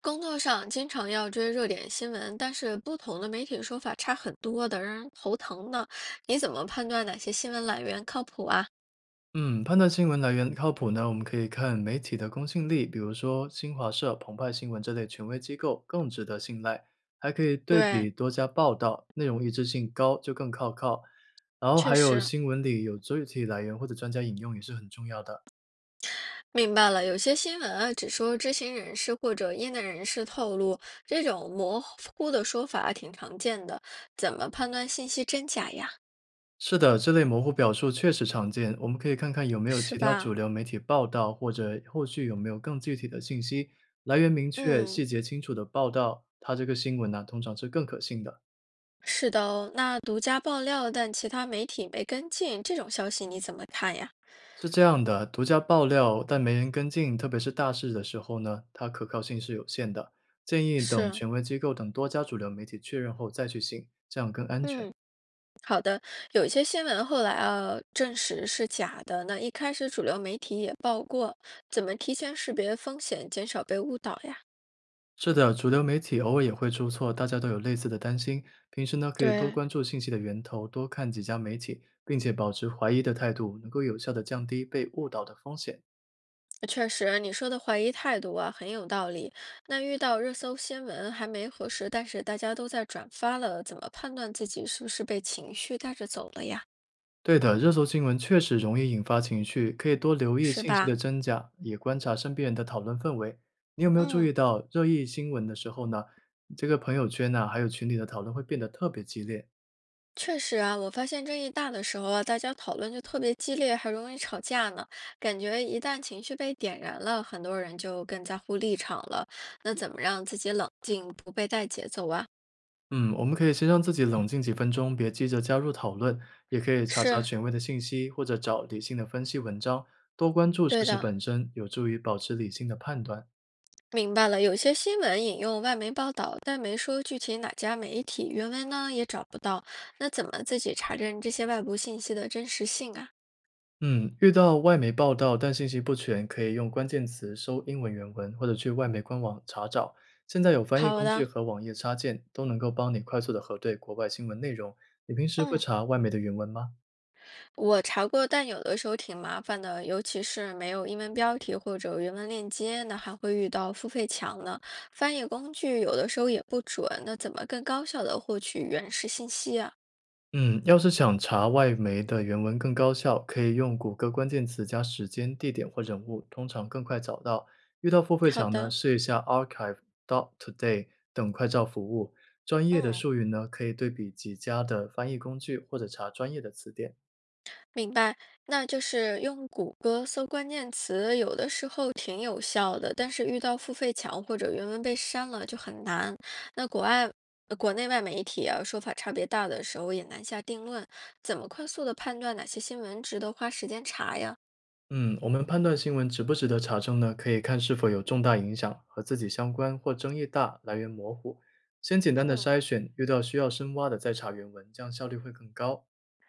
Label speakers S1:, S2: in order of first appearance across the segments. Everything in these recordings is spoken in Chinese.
S1: 工作上经常要追热点新闻，但是不同的媒体说法差很多的，让人头疼呢。你怎么判断哪些新闻来源靠谱啊？
S2: 嗯，判断新闻来源靠谱呢，我们可以看媒体的公信力，比如说新华社、澎湃新闻这类权威机构更值得信赖，还可以对
S1: 对，
S2: 比多家报道，内容一致性高就更靠靠。然后
S1: 确
S2: 还有
S1: 实，
S2: 新闻里有具体来源或者专家引用也是很重要的。
S1: 明白了，有些新闻啊只说知情人士或者业内人士透露，这种模糊的说法挺常见的。怎么判断信息真假呀？
S2: 是的，这类模糊表述确实常见，我们可以看看有没有其
S1: 是
S2: 他
S1: 吧？
S2: 主流媒体报道，或者后续有没有更具体的信息，来源明确、
S1: 嗯，
S2: 细节清楚的报道，它这个新闻呢、通常是更可信的。
S1: 是的哦。那独家爆料但其他媒体没跟进，这种消息你怎么看呀？
S2: 是这样的，独家爆料但没人跟进，特别是大事的时候呢，它可靠性是有限的。建议等
S1: 是，
S2: 权威机构等多家主流媒体确认后再去信，这样更安全。
S1: 嗯。好的，有一些新闻后来啊证实是假的，那一开始主流媒体也报过，怎么提前识别风险，减少被误导呀？
S2: 是的，主流媒体偶尔也会出错，大家都有类似的担心。平时呢，可以多
S1: 对，
S2: 关注信息的源头，多看几家媒体，并且保持怀疑的态度，能够有效的降低被误导的风险。
S1: 确实，你说的怀疑态度啊很有道理。那遇到热搜新闻还没核实，但是大家都在转发了，怎么判断自己是不是被情绪带着走了呀？
S2: 对的，热搜新闻确实容易引发情绪，可以多留意
S1: 是
S2: 信息
S1: 吧？
S2: 的真假，也观察身边人的讨论氛围。你有没有注
S1: 嗯，
S2: 意到热议新闻的时候呢，这个朋友圈呐、还有群里的讨论会变得特别激烈？
S1: 确实啊，我发现争议大的时候啊，大家讨论就特别激烈，还容易吵架呢。感觉一旦情绪被点燃了，很多人就更在乎立场了。那怎么让自己冷静，不被带节奏啊？
S2: 嗯，我们可以先让自己冷静几分钟，别急着加入讨论，也可以查查
S1: 是
S2: 权威的信息，或者找理性的分析文章，多关注事
S1: 对
S2: 实
S1: 的，
S2: 本身，有助于保持理性的判断。
S1: 明白了。有些新闻引用外媒报道，但没说具体哪家媒体，原文呢也找不到。那怎么自己查证这些外部信息的真实性啊？
S2: 嗯，遇到外媒报道但信息不全，可以用关键词搜英文原文，或者去外媒官网查找。现在有翻译
S1: 好
S2: 工具
S1: 的，
S2: 和网页插件，都能够帮你快速的核对国外新闻内容。你平时会
S1: 嗯。
S2: 查外媒的原文吗？
S1: 我查过，但有的时候挺麻烦的，尤其是没有英文标题或者原文链接，那还会遇到付费墙呢。翻译工具有的时候也不准，那怎么更高效的获取原始信息啊？
S2: 嗯，要是想查外媒的原文更高效，可以用谷歌关键词加时间、地点或人物，通常更快找到。遇到付费
S1: 好
S2: 墙呢，
S1: 的，
S2: 试一下 Archive.today 等快照服务。专业的
S1: 嗯。
S2: 术语呢，可以对比几家的翻译工具，或者查专业的词典。
S1: 明白，那就是用谷歌搜关键词，有的时候挺有效的，但是遇到付费墙或者原文被删了就很难。那国外、国内外媒体啊，说法差别大的时候也难下定论，怎么快速的判断哪些新闻值得花时间查呀？
S2: 嗯，我们判断新闻值不值得查证呢，可以看是否有重大影响、和自己相关或争议大、来源模糊。先简单的筛
S1: 嗯，
S2: 选，遇到需要深挖的再查原文，这样效率会更高。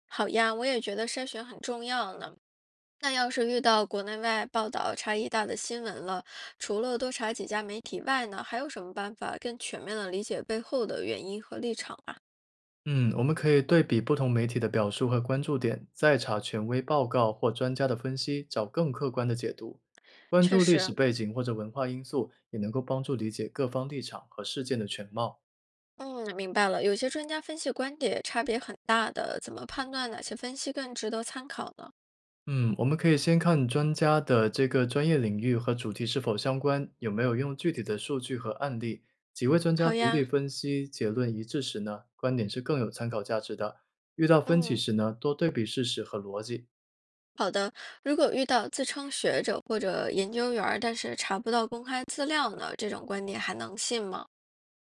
S1: 好呀，我也觉得筛选很重要呢。那要是遇到国内外报道差异大的新闻了，除了多查几家媒体外呢，还有什么办法更全面的理解背后的原因和立场啊？
S2: 嗯，我们可以对比不同媒体的表述和关注点，再查权威报告或专家的分析，找更客观的解读。关
S1: 确
S2: 注历
S1: 实，
S2: 史背景或者文化因素，也能够帮助理解各方立场和事件的全貌。
S1: 嗯，明白了。有些专家分析观点差别很大的，怎么判断哪些分析更值得参考呢？
S2: 嗯，我们可以先看专家的这个专业领域和主题是否相关，有没有用具体的数据和案例。几位专家
S1: 好
S2: 独立
S1: 呀，
S2: 分析，结论一致时呢，观点是更有参考价值的。遇到分歧
S1: 嗯，
S2: 时呢，多对比事实和逻辑。
S1: 好的，如果遇到自称学者或者研究员儿，但是查不到公开资料呢，这种观点还能信吗？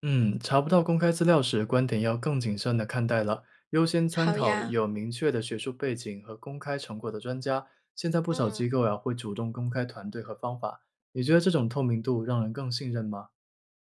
S2: 嗯，查不到公开资料时，观点要更谨慎的看待了，优先参
S1: 好
S2: 考
S1: 呀，
S2: 有明确的学术背景和公开成果的专家。现在不少
S1: 嗯，
S2: 机构呀、会主动公开团队和方法，你觉得这种透明度让人更信任吗？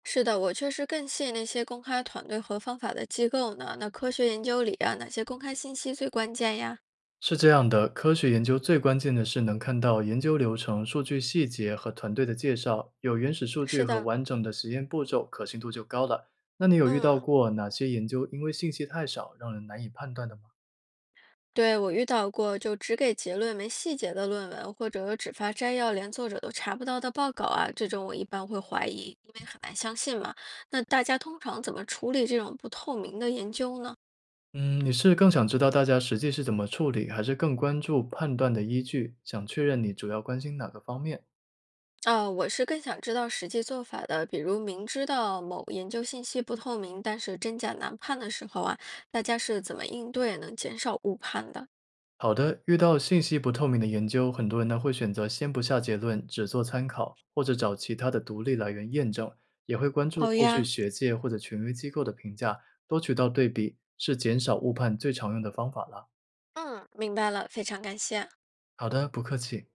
S1: 是的，我确实更信那些公开团队和方法的机构呢。那科学研究里啊，哪些公开信息最关键呀？
S2: 是这样的，科学研究最关键的是能看到研究流程、数据细节和团队的介绍，有原始数据
S1: 是
S2: 和
S1: 的，
S2: 完整的实验步骤，可信度就高了。那你有遇到
S1: 嗯。
S2: 过哪些研究因为信息太少，让人难以判断的吗？
S1: 对，我遇到过，就只给结论没细节的论文，或者只发摘要，连作者都查不到的报告啊，这种我一般会怀疑，因为很难相信嘛。那大家通常怎么处理这种不透明的研究呢？
S2: 嗯，你是更想知道大家实际是怎么处理，还是更关注判断的依据？想确认你主要关心哪个方面？
S1: 啊，我是更想知道实际做法的，比如明知道某研究信息不透明，但是真假难判的时候啊，大家是怎么应对，能减少误判的？
S2: 好的，遇到信息不透明的研究，很多人呢会选择先不下结论，只做参考，或者找其他的独立来源验证，也会关注
S1: 好
S2: 后续
S1: 呀，
S2: 学界或者权威机构的评价，多渠道对比是减少误判最常用的方法了。
S1: 嗯，明白了，非常感谢。
S2: 好的，不客气。